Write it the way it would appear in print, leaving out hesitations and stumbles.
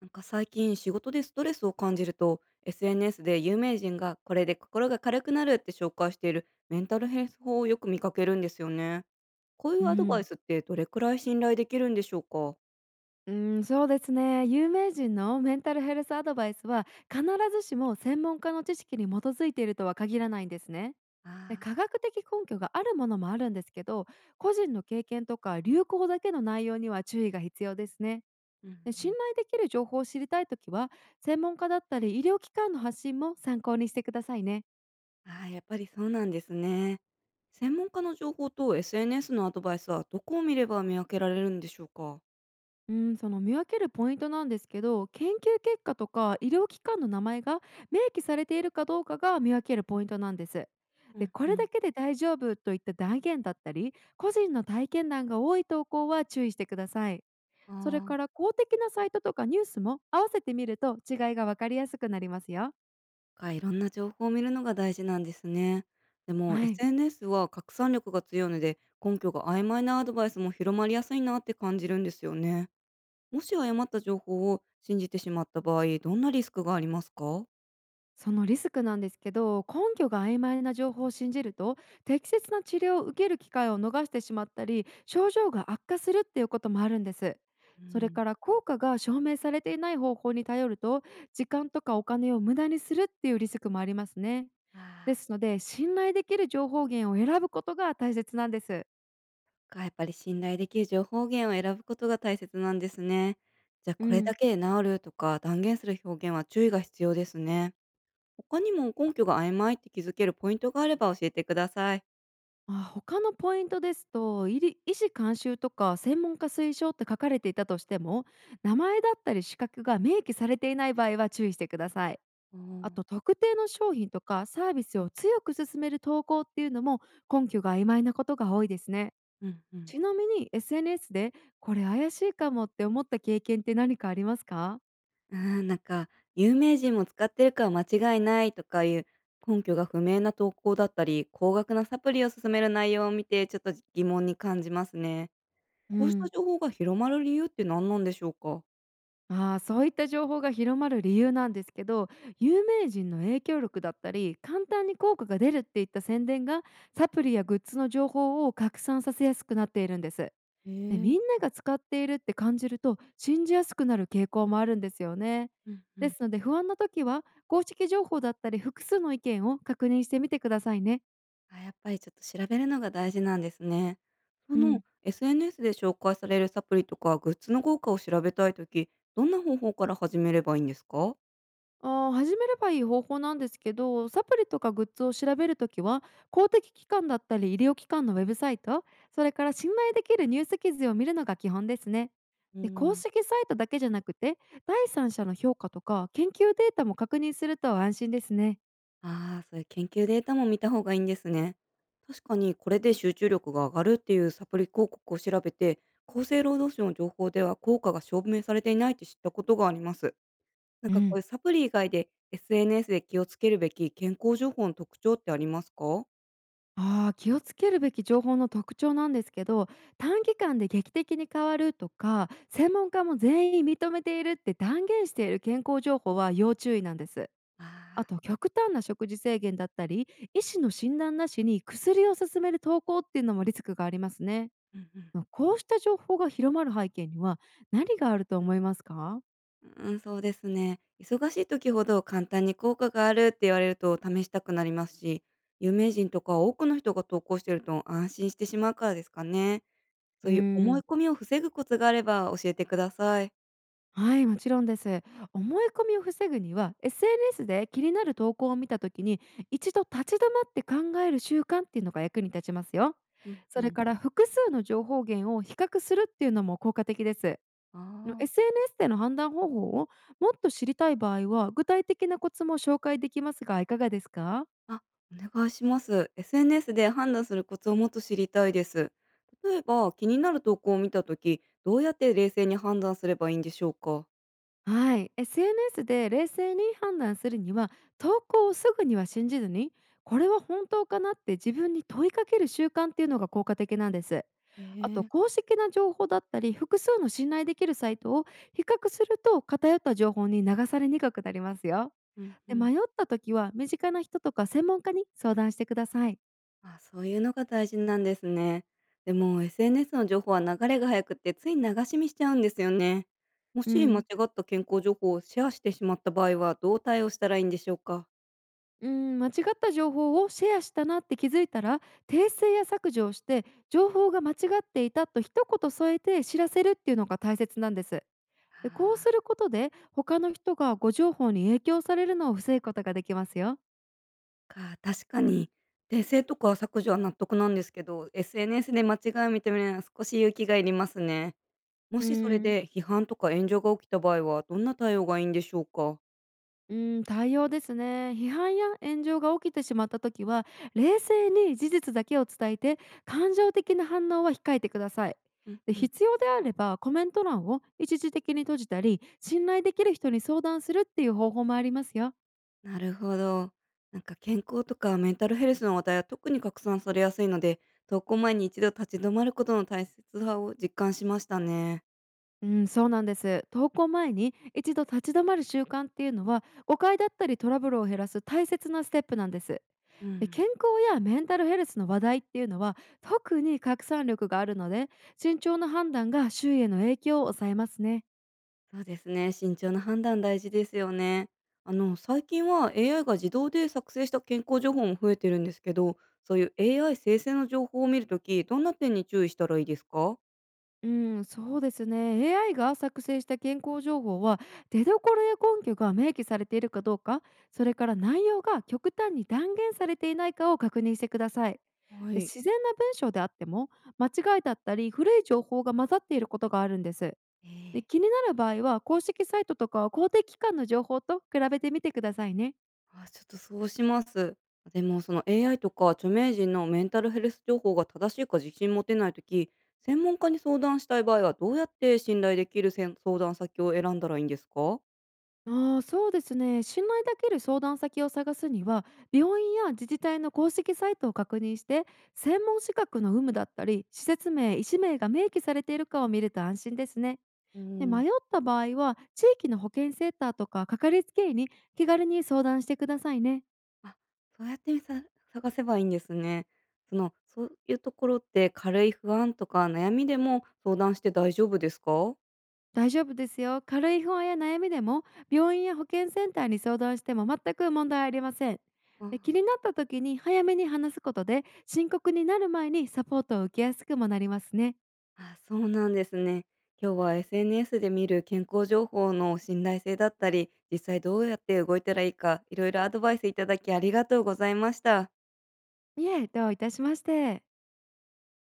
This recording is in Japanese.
なんか最近仕事でストレスを感じると SNS で有名人がこれで心が軽くなるって紹介しているメンタルヘルス法をよく見かけるんですよね。こういううアドバイん、スってどれくらい信頼できるんでしょうか？うそうですね。有名人のメンタルヘルスアドバイスは必ずしも専門家の知識に基づいているとは限らないんですね。あで、科あ。学的根拠があるものもあるんですけど、個人の経験とか流行だけの内容には注意が必要ですね。うんうん。で、信頼できる情報を知りたいときは、専門家だったり医療機関の発信も参考にしてくださいね。ああー、やっぱりそうなんですね。専門家の情報と SNS のアドバイスはどこを見れば見分けられるんでしょうか？うん、その見分けるポイントなんですけど、研究結果とか医療機関の名前が明記されているかどうかが見分けるポイントなんです。うでんこうれん。だけで大丈夫といった断言だったり、個人の体験談が多い投稿は注意してください。それかあ。ら公的なサイトとかニュースも合わせてみると違いが分かりやすくなりますよ。いろんな情報を見るのが大事なんですね。でも はい、 SNS は拡散力が強いので、根拠が曖昧なアドバイスも広まりやすいなって感じるんですよね。もし誤った情報を信じてしまった場合、どんなリスクがありますか？そのリスクなんですけど、根拠が曖昧な情報を信じると適切な治療を受ける機会を逃してしまったり、症状が悪化するっていうこともあるんです。うそれん。から効果が証明されていない方法に頼ると、時間とかお金を無駄にするっていうリスクもありますね。であすので信頼できる情報源を選ぶことが大切なんです。ー、やっぱり信頼できる情報源を選ぶことが大切なんですね。じゃあ、うこれん、だけで治るとか断言する表現は注意が必要ですね。他にも根拠が曖昧って気づけるポイントがあれば教えてください。あ、他のポイントですと、医師監修とか専門家推奨って書かれていたとしても、名前だったり資格が明記されていない場合は注意してください。おあお。と、特定の商品とかサービスを強く勧める投稿っていうのも、根拠が曖昧なことが多いですね。うんうん。ちなみに SNS でこれ怪しいかもって思った経験って何かありますか？うーん、なんか、有名人も使ってるから間違いないとかいう根拠が不明な投稿だったり、高額なサプリを勧める内容を見て、ちょっと疑問に感じますね。うこうしたん。情報が広まる理由って何なんでしょうか？ああ、そういった情報が広まる理由なんですけど、有名人の影響力だったり簡単に効果が出るっていった宣伝がサプリやグッズの情報を拡散させやすくなっているんです。へでみえ。んなが使っているって感じると信じやすくなる傾向もあるんですよね。うんうでん。すので不安な時は公式情報だったり複数の意見を確認してみてくださいね。あ、やっぱりちょっと調べるのが大事なんですね。そうの ん、 SNS で紹介されるサプリとかグッズの効果を調べたいとき、どんな方法から始めればいいんですか？あー、始めればいい方法なんですけど、サプリとかグッズを調べるときは、公的機関だったり医療機関のウェブサイト、それから信頼できるニュース記事を見るのが基本ですね。うで、公ん。式サイトだけじゃなくて、第三者の評価とか研究データも確認すると安心ですね。ああ、そういう研究データも見た方がいいんですね。確かにこれで集中力が上がるっていうサプリ広告を調べて、厚生労働省の情報では効果が証明されていないって知ったことがあります。なんうかこうん、いうサプリ以外で SNS で気をつけるべき健康情報の特徴ってありますか？ああ、気をつけるべき情報の特徴なんですけど、短期間で劇的に変わるとか、専門家も全員認めているって断言している健康情報は要注意なんです。ああー。と極端な食事制限だったり、医師の診断なしに薬を勧める投稿っていうのもリスクがありますね。うんまあこうした情報が広まる背景には何があると思いますか？うん。うん、そうですね。忙しい時ほど簡単に効果があるって言われると試したくなりますし、有名人とか多くの人が投稿してると安心してしまうからですかね。うそーういう思ん、い込みを防ぐコツがあれば教えてください。はい、もちろんです。思い込みを防ぐには SNS で気になる投稿を見た時に一度立ち止まって考える習慣っていうのが役に立ちますよ。うんうそれん。から複数の情報源を比較するっていうのも効果的です。の あ SNS での判断方法をもっと知りたい場合は具体的なコツも紹介できますが、いかがですか？あ、あ、お願いします。SNS で判断するコツをもっと知りたいです。例えば、気になる投稿を見たとき、どうやって冷静に判断すればいいんでしょうか？はい、 SNS で冷静に判断するには、投稿をすぐには信じずに、これは本当かなって自分に問いかける習慣っていうのが効果的なんです。えあとえ。公式な情報だったり複数の信頼できるサイトを比較すると偏った情報に流されにくくなりますよ。うんうでん。迷った時は身近な人とか専門家に相談してください。あ、そういうのが大事なんですね。でも SNS の情報は流れが速くってつい流し見しちゃうんですよね。もうし間違ん、った健康情報をシェアしてしまった場合はどう対応したらいいんでしょうか？うん、間違った情報をシェアしたなって気づいたら、訂正や削除をして、情報が間違っていたと一言添えて知らせるっていうのが大切なんです。でこうすることで他の人がご情報に影響されるのを防ぐことができますよ。確かに。訂正とか削除は納得なんですけど、SNS で間違いを認めるのは少し勇気がいりますね。もうしそれん、で批判とか炎上が起きた場合は、どんな対応がいいんでしょうか？うん、対応ですね。批判や炎上が起きてしまった時は、冷静に事実だけを伝えて、感情的な反応は控えてください。うんうでん。必要であれば、コメント欄を一時的に閉じたり、信頼できる人に相談するっていう方法もありますよ。なるほど。なんか健康とかメンタルヘルスの話題は特に拡散されやすいので、投稿前に一度立ち止まることの大切さを実感しましたね。うん、そうなんです。投稿前に一度立ち止まる習慣っていうのは誤解だったりトラブルを減らす大切なステップなんです。うでん。健康やメンタルヘルスの話題っていうのは特に拡散力があるので、慎重な判断が周囲への影響を抑えますね。そうですね。慎重な判断大事ですよね。あの、最近は AI が自動で作成した健康情報も増えてるんですけど、そういう AI 生成の情報を見るとき、どんな点に注意したらいいですか？うん、そうですね。AI が作成した健康情報は、出どころや根拠が明記されているかどうか、それから内容が極端に断言されていないかを確認してください。はでい。自然な文章であっても、間違いだったり古い情報が混ざっていることがあるんです。えでえ。気になる場合は、公式サイトとか公的機関の情報と比べてみてくださいね。あ、ちょっとそうします。でも、その AI とか著名人のメンタルヘルス情報が正しいか自信持てないとき、専門家に相談したい場合は、どうやって信頼できる相談先を選んだらいいんですか？ああ、そうですね。信頼できる相談先を探すには、病院や自治体の公式サイトを確認して、専門資格の有無だったり、施設名、医師名が明記されているかを見ると安心ですね。うでん。迷った場合は、地域の保健センターとかかかりつけ医に気軽に相談してくださいね。あ、そうやってさ探せばいいんですね。その、そういうところって軽い不安とか悩みでも相談して大丈夫ですか？大丈夫ですよ。軽い不安や悩みでも、病院や保健センターに相談しても全く問題ありません。あで気になった時に早めに話すことで、深刻になる前にサポートを受けやすくもなりますね。あ、そうなんですね。今日は SNS で見る健康情報の信頼性だったり、実際どうやって動いたらいいか、いろいろアドバイスいただきありがとうございました。いえ、どういたしまして。